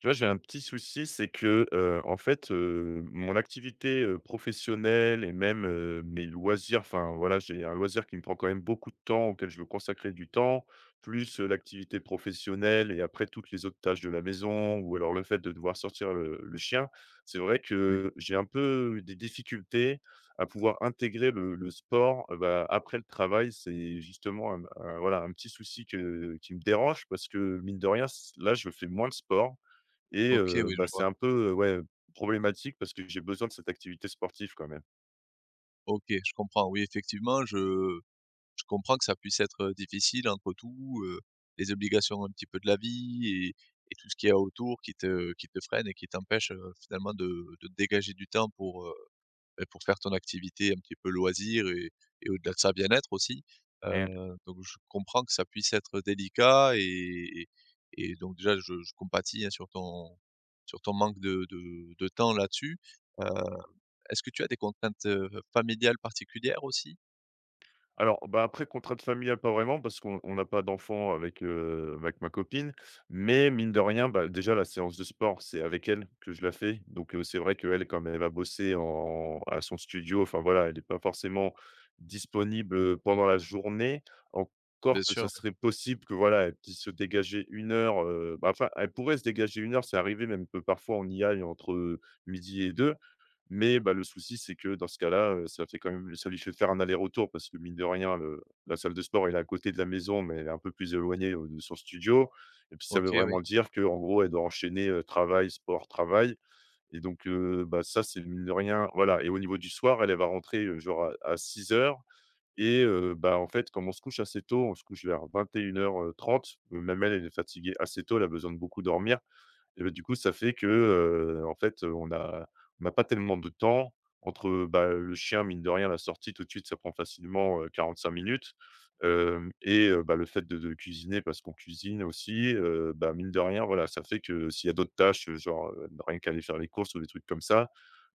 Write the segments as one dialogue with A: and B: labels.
A: Tu vois, j'ai un petit souci, c'est que, en fait, mon activité, professionnelle et même, mes loisirs, enfin, voilà, j'ai un loisir qui me prend quand même beaucoup de temps, auquel je veux consacrer du temps, plus, l'activité professionnelle et après toutes les autres tâches de la maison ou alors le fait de devoir sortir le chien. C'est vrai
B: Oui.
A: que j'ai un peu des difficultés à pouvoir intégrer le sport, bah, après le travail. C'est justement un voilà, un petit souci que qui me dérange parce que mine de rien, c là, je fais moins de sport et
B: OK, oui,
A: bah,
B: je
A: c'est
B: vois.
A: un peu, ouais, problématique parce que j'ai besoin de cette activité sportive quand même.
B: OK, je comprends. Oui, effectivement, je comprends que ça puisse être, difficile entre tout, les obligations un petit peu de la vie et tout ce qu'il y a autour qui te freine et qui t'empêche, finalement de te dégager du temps pour, beh, pour faire ton activité un petit peu loisir et au-delà de ça, bien-être aussi.
A: Mmh.
B: Donc je comprends que ça puisse être délicat et donc déjà je compatis, hein, sur ton manque de temps là-dessus. Est-ce que tu as des contraintes, familiales particulières aussi?
A: Alors, bah, après contrainte familiale, pas vraiment parce qu'on n'a pas d'enfant avec, avec ma copine, mais mine de rien, bah, déjà la séance de sport, c'est avec elle que je la fais. Donc, c'est vrai qu'elle, comme elle va bosser en à son studio, enfin voilà, elle est pas forcément disponible, pendant la journée.
B: Bien
A: Encore que ça
B: sûr, oui.
A: serait possible que voilà, elle puisse se dégager une heure, bah, enfin, elle pourrait se dégager une heure, c'est arrivé même que parfois on y aille entre, midi et deux. Mais bah, le souci, c'est que dans ce cas-là, ça lui fait faire un aller-retour parce que mine de rien, le la salle de sport, elle est à côté de la maison, mais elle est un peu plus éloignée, de son studio et puis ça veut
B: OK, oui,
A: vraiment dire que en gros, elle doit enchaîner, travail, sport, travail et donc bah, ça, c'est mine de rien voilà et au niveau du soir, elle, elle va rentrer, genre à 6 heures. Et bah, en fait, comme on se couche assez tôt, on se couche vers 21h30. Même elle, elle est fatiguée assez tôt, elle a besoin de beaucoup dormir et bah, du coup, ça fait que, en fait, on a on n'a pas tellement de temps entre, bah, le chien, mine de rien, la sortie tout de suite, ça prend facilement, 45 minutes, hem et bah, le fait de cuisiner parce qu'on cuisine aussi, bah, mine de rien, voilà, ça fait que s'il y a d'autres tâches, genre, rien qu'aller faire les courses ou des trucs comme ça,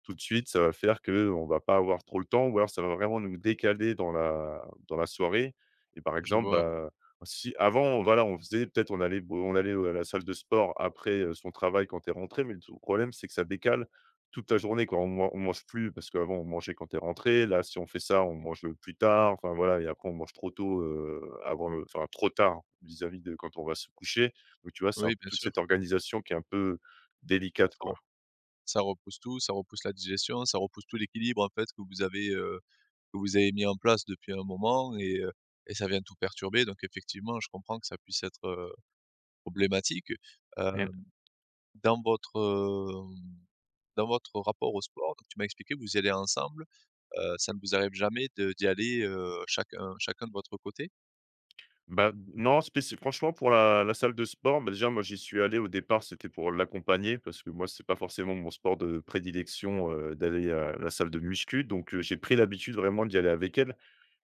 A: tout de suite, ça va faire que on va pas avoir trop le temps ou alors ça va vraiment nous décaler dans la soirée et par
B: je
A: exemple,
B: vois, oui.
A: bah, si avant, voilà, on faisait peut-être on allait, à la salle de sport après, son travail quand t'es rentré, mais le tout le problème, c'est que ça décale toute la journée, quoi. On mange plus parce qu'avant on mangeait quand t'es rentré. Là, si on fait ça, on mange, plus tard, enfin voilà et après on mange trop tôt, avant le enfin trop tard vis-à-vis de quand on va se coucher. Donc tu vois, c'est un
B: Oui,
A: peu
B: bien
A: toute
B: sûr.
A: cette organisation qui est un peu délicate,
B: Ça re
A: quoi.
B: Ça repousse tout, ça repousse la digestion, ça repousse tout l'équilibre, en fait, que vous avez mis en place depuis un moment et ça vient tout perturber donc effectivement, je comprends que ça puisse être, problématique. Heu, dans votre, dans votre rapport au sport, donc tu m'as expliqué que vous y allez ensemble, ça ne vous arrive jamais de d'y aller, chacun chacun de votre côté?
A: Bah, non, spécif franchement pour la salle de sport, bah, déjà moi j'y suis allé au départ, c'était pour l'accompagner parce que moi c'est pas forcément mon sport de prédilection, d'aller à la salle de muscu donc j'ai pris l'habitude vraiment d'y aller avec elle.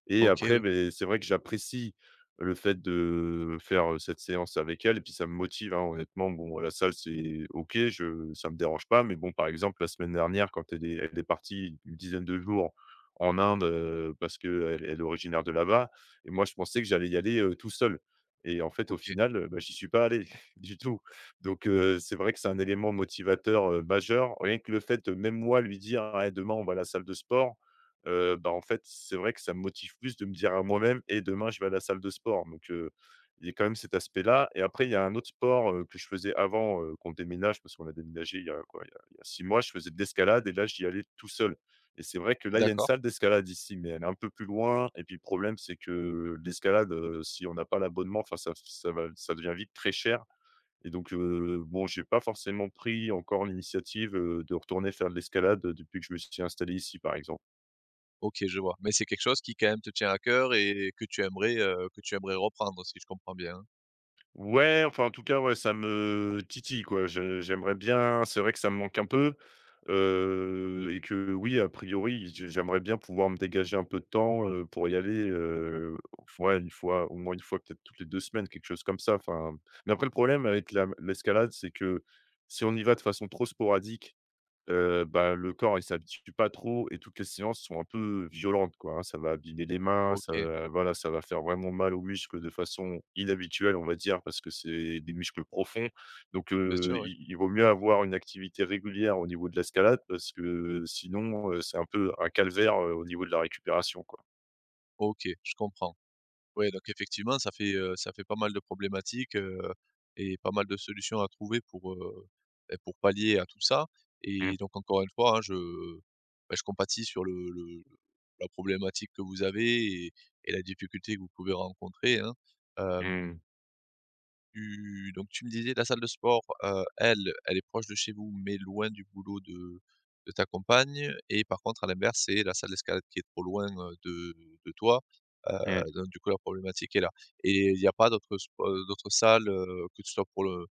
A: Et
B: OK,
A: après,
B: oui,
A: beh, c'est vrai que j'apprécie le fait de faire, cette séance avec elle et puis ça me motive, hein, honnêtement. Bon, à la salle, c'est OK, je ça me dérange pas, mais bon, par exemple, la semaine dernière, quand elle est partie une dizaine de jours en Inde, parce qu'elle est originaire de là-bas et moi, je pensais que j'allais y aller, tout seul et en fait, au
B: OK,
A: final, bah, j'y suis pas allé du tout. Donc c'est vrai que c'est un élément motivateur, majeur. Rien que le fait de même moi lui dire: «Eh, demain, on va à la salle de sport» bah, en fait, c'est vrai que ça me motive plus de me dire à moi-même: «Et demain, je vais à la salle de sport», donc il y a quand même cet aspect-là et après, il y a un autre sport, que je faisais avant, qu'on déménage parce qu'on a déménagé il y a quoi? Il y a 6 mois, je faisais de l'escalade et là, j'y allais tout seul et c'est vrai que là, il y a une
B: d'accord.
A: salle d'escalade ici, mais elle est un peu plus loin et puis le problème, c'est que l'escalade, si on n'a pas l'abonnement, enfin, ça devient vite très cher et donc bon, j'ai pas forcément pris encore l'initiative, de retourner faire de l'escalade, depuis que je me suis installé ici, par exemple.
B: OK, je vois. Mais c'est quelque chose qui, quand même, te tient à cœur et que tu aimerais reprendre, si je comprends bien, hein?
A: Ouais, enfin, en tout cas, ouais, ça me titille, quoi. Je j'aimerais bien c'est vrai que ça me manque un peu, et que oui, a priori, je j'aimerais bien pouvoir me dégager un peu de temps, pour y aller, ouais, une fois, au moins une fois, peut-être toutes les 2 semaines, quelque chose comme ça, enfin mais après le problème avec la l'escalade, c'est que si on y va de façon trop sporadique bah, le corps, il s'habitue pas trop et toutes les séances sont un peu violentes, quoi, hein. Ça va abîmer les mains, ça
B: OK,
A: va voilà, ça va faire vraiment mal aux muscles de façon inhabituelle, on va dire, parce que c'est des muscles profonds. Donc,
B: bien sûr, oui.
A: il vaut mieux avoir une activité régulière au niveau de l'escalade parce que sinon, c'est un peu un calvaire, au niveau de la récupération, quoi.
B: OK, je comprends. Oui. Donc effectivement, ça fait pas mal de problématiques, et pas mal de solutions à trouver pour, beh, pour pallier à tout ça
A: Mmh,
B: et donc encore une fois, hein, je, bah, je compatis sur le la problématique que vous avez et la difficulté que vous pouvez rencontrer, hein, hem
A: mmh,
B: Tu donc tu me disais la salle de sport, elle, elle est proche de chez vous, mais loin du boulot de ta compagne et par contre à l'inverse, c'est la salle d'escalade qui est trop loin, de toi, heu,
A: mmh.
B: donc du coup la problématique est là et il n'y a pas d'autres spo d'autres salles, que ce soit pour le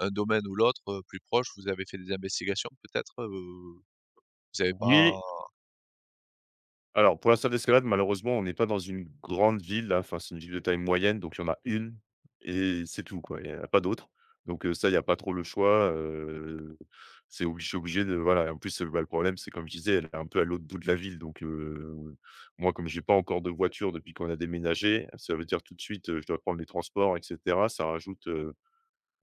B: un domaine ou l'autre, plus proche? Vous avez fait des investigations peut-être, Vous n'avez pas
A: Oui. Alors, pour la salle d'escalade, malheureusement, on n'est pas dans une grande ville, là. Enfin, c'est une ville de taille moyenne, donc il y en a une et c'est tout, quoi. Il n'y en a pas d'autres. Donc ça, il n'y a pas trop le choix, c'est obligé, je suis obligé de voilà en plus, bah, le problème, c'est comme je disais, elle est un peu à l'autre bout de la ville donc moi, comme j'ai pas encore de voiture depuis qu'on a déménagé, ça veut dire tout de suite, je dois prendre les transports et cetera. Ça rajoute,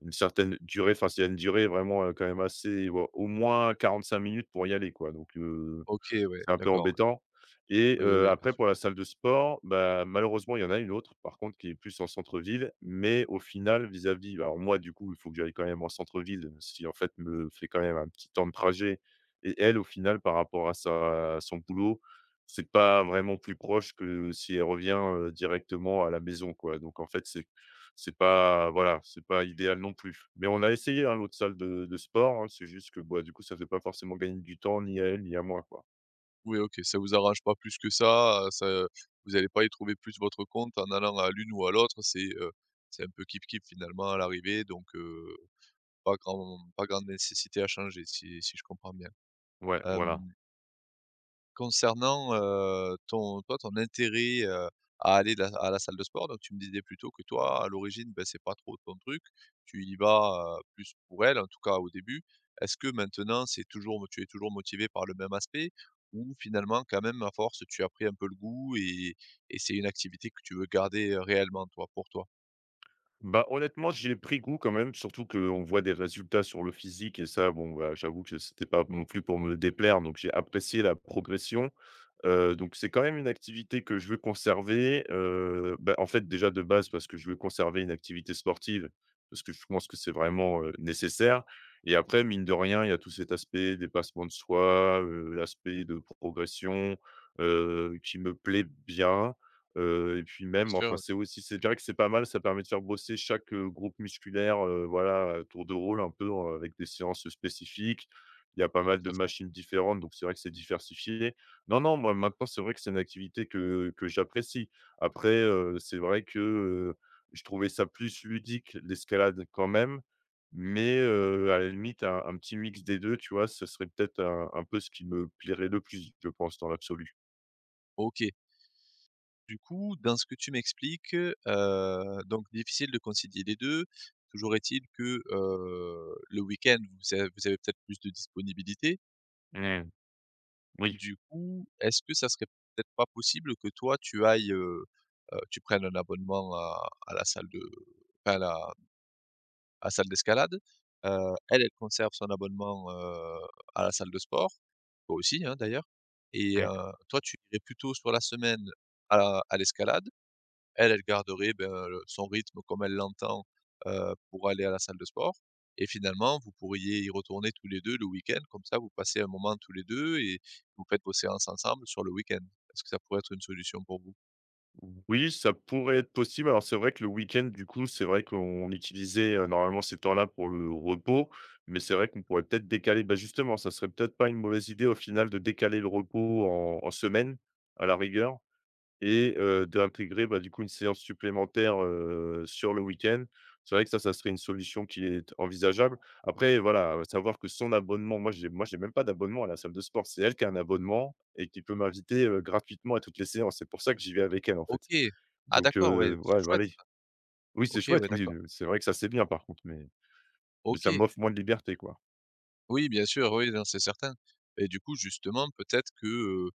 A: une certaine durée, enfin, s'il y a une durée vraiment, quand même assez au moins 45 minutes pour y aller quoi, donc
B: OK, ouais,
A: c'est un peu
B: d'accord,
A: embêtant et
B: oui, oui, bien
A: après
B: sûr.
A: pour la salle de sport, bah, malheureusement, il y en a une autre par contre qui est plus en centre-ville, mais au final vis-à-vis alors moi du coup, il faut que j'aille quand même en centre-ville, ce qui en fait me fait quand même un petit temps de trajet et elle au final par rapport à sa à son boulot, c'est pas vraiment plus proche que si elle revient, directement à la maison quoi, donc en fait c'est pas voilà, c'est pas idéal non plus. Mais on a essayé, hein, l'autre salle de sport, hein, c'est juste que, bah, du coup, ça fait pas forcément gagner du temps ni à elle ni à moi, quoi.
B: Oui, OK, ça vous arrange pas plus que ça, ça vous n'allez pas y trouver plus votre compte en allant à l'une ou à l'autre. C'est un peu kip kip finalement à l'arrivée donc pas grand pas grande nécessité à changer si si je comprends bien.
A: Ouais, voilà.
B: Concernant, ton toi, ton intérêt, à aller la à la salle de sport, donc tu me disais plutôt que toi, à l'origine, ben c'est pas trop ton truc. Tu y vas, plus pour elle, en tout cas au début. Est-ce que maintenant, c'est toujours tu es toujours motivé par le même aspect? Ou finalement, quand même, à force, tu as pris un peu le goût et c'est une activité que tu veux garder, réellement toi, pour toi?
A: Bah, honnêtement, j'ai pris goût quand même, surtout qu'on voit des résultats sur le physique et ça, bon, bah, j'avoue que c'était pas non plus pour me déplaire, donc j'ai apprécié la progression. Donc c'est quand même une activité que je veux conserver, bah, en fait, déjà, de base, parce que je veux conserver une activité sportive, parce que je pense que c'est vraiment, nécessaire et après, mine de rien, il y a tout cet aspect dépassement de soi, l'aspect de progression, qui me plaît bien, et puis
B: Bien
A: même, enfin,
B: sûr,
A: c'est aussi c'est vrai que c'est pas mal, ça permet de faire bosser chaque, groupe musculaire, voilà, à tour de rôle un peu, avec des séances spécifiques. Il y a pas
B: tout
A: mal de
B: à fait.
A: machines différentes, donc c'est vrai que c'est diversifié non, non, moi, maintenant, c'est vrai que c'est une activité que j'apprécie. Après, c'est vrai que, je trouvais ça plus ludique, l'escalade, quand même, mais à la limite, un petit mix des 2 tu vois? Ce serait peut-être un peu ce qui me plairait le plus, je pense, dans l'absolu.
B: OK. Du coup, dans ce que tu m'expliques, donc difficile de concilier les 2. Toujours est-il que, le week-end, vous avez peut-être plus de disponibilité.
A: Mmh, oui.
B: Du coup, est-ce que ça serait peut-être pas possible que toi tu ailles, tu prennes un abonnement à la salle de enfin à la salle d'escalade? Elle, elle conserve son abonnement, à la salle de sport, toi aussi, hein, d'ailleurs et
A: Mmh.
B: toi tu irais plutôt sur la semaine à la- à l'escalade. Elle, elle garderait, ben, son rythme comme elle l'entend, pour aller à la salle de sport et finalement, vous pourriez y retourner tous les 2 le week-end. Comme ça, vous passez un moment tous les 2 et vous faites vos séances ensemble sur le week-end. Est-ce que ça pourrait être une solution pour vous?
A: Oui, ça pourrait être possible. Alors, c'est vrai que le week-end, du coup, c'est vrai qu'on utilisait, normalement ces temps-là pour le repos, mais c'est vrai qu'on pourrait peut-être décaler bah, justement, ça serait peut-être pas une mauvaise idée au final de décaler le repos en semaine, à la rigueur et d'intégrer, bah, du coup, une séance supplémentaire, sur le week-end. C'est vrai que ça serait une solution qui est envisageable. Après, voilà, savoir que son abonnement moi j'ai même pas d'abonnement à la salle de sport. C'est elle qui a un abonnement et qui peut m'inviter, gratuitement à toutes les séances. C'est pour ça que j'y vais avec elle, en fait.
B: OK. Ah
A: Donc
B: d'accord, ouais, c'est
A: ouais, bah,
B: chouette
A: allez.
B: ça.
A: Oui, c'est
B: OK,
A: chouette,
B: ouais,
A: oui,
B: d'accord.
A: c'est vrai que ça, c'est bien par contre, mais ça
B: OK.
A: m'offre moins de liberté, quoi.
B: Oui, bien sûr, oui, non, c'est certain et du coup, justement, peut-être que,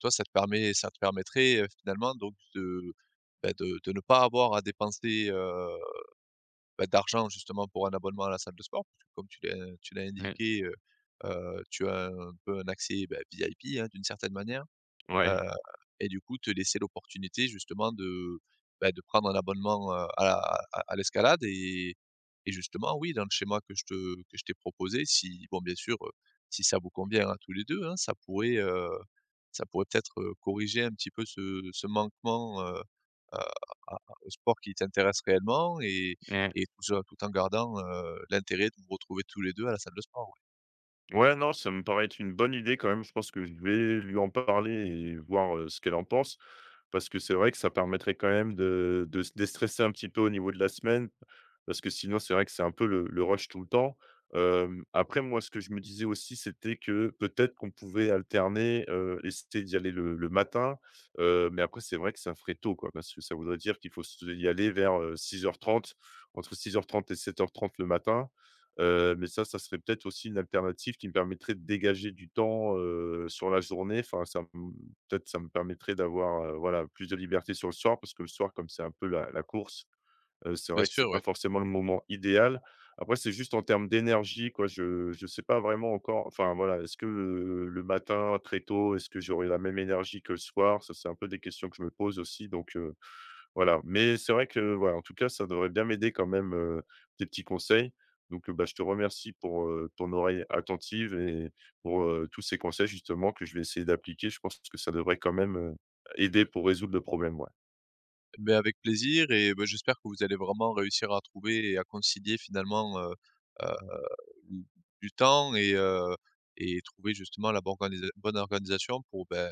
B: toi, ça te permet ça te permettrait, finalement donc de, bah, de ne pas avoir à dépenser, bah, d'argent justement pour un abonnement à la salle de sport, puisque comme tu l'as
A: Mmh.
B: indiqué, tu as un peu un accès, bah, VIP, hein, d'une certaine manière. Heu
A: Ouais.
B: et du coup, te laisser l'opportunité justement de, bah, de prendre un abonnement, à la à l'escalade et justement, oui, dans le schéma que je te que je t'ai proposé, si bon, bien sûr, si ça vous convient à tous les 2 hein, ça pourrait peut-être, corriger un petit peu ce ce manquement, à à- au sport qui t'intéresse réellement
A: Mmh.
B: et tout ça tout en gardant, l'intérêt de vous retrouver tous les 2 à la salle de sport, ouais.
A: Ouais, non, ça me paraît être une bonne idée quand même. Je pense que je vais lui en parler et voir, ce qu'elle en pense. Parce que c'est vrai que ça permettrait quand même de se déstresser un petit peu au niveau de la semaine, parce que sinon c'est vrai que c'est un peu le rush tout le temps. Après moi, ce que je me disais aussi, c'était que peut-être qu'on pouvait alterner, essayer d'y aller le matin, mais après c'est vrai que ça ferait tôt, quoi, parce que ça voudrait dire qu'il faut se y aller vers, six heures trente, entre 6h30 et 7h30 le matin, mais ça serait peut-être aussi une alternative qui me permettrait de dégager du temps, sur la journée. Enfin ça me peut-être ça me permettrait d'avoir, voilà, plus de liberté sur le soir parce que le soir, comme c'est un peu la course, c'est
B: Bien
A: vrai que
B: sûr,
A: c'est
B: ouais.
A: pas forcément le moment idéal. Après, c'est juste en termes d'énergie, quoi, je sais pas vraiment encore enfin, voilà, est-ce que, le matin très tôt, est-ce que j'aurai la même énergie que le soir? Ça, c'est un peu des questions que je me pose aussi donc voilà, mais c'est vrai que, voilà, en tout cas, ça devrait bien m'aider quand même, tes petits conseils. Donc, bah, je te remercie pour, ton oreille attentive et pour, tous ces conseils justement que je vais essayer d'appliquer. Je pense que ça devrait quand même, aider pour résoudre le problème, ouais.
B: Beh, avec plaisir et bah, j'espère que vous allez vraiment réussir à trouver et à concilier finalement, heu, du du temps et trouver justement la bonne organisa bonne organisation pour, beh,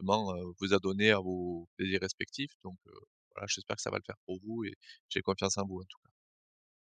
B: justement, vous adonner à vos plaisirs respectifs donc voilà, j'espère que ça va le faire pour vous et j'ai confiance en vous en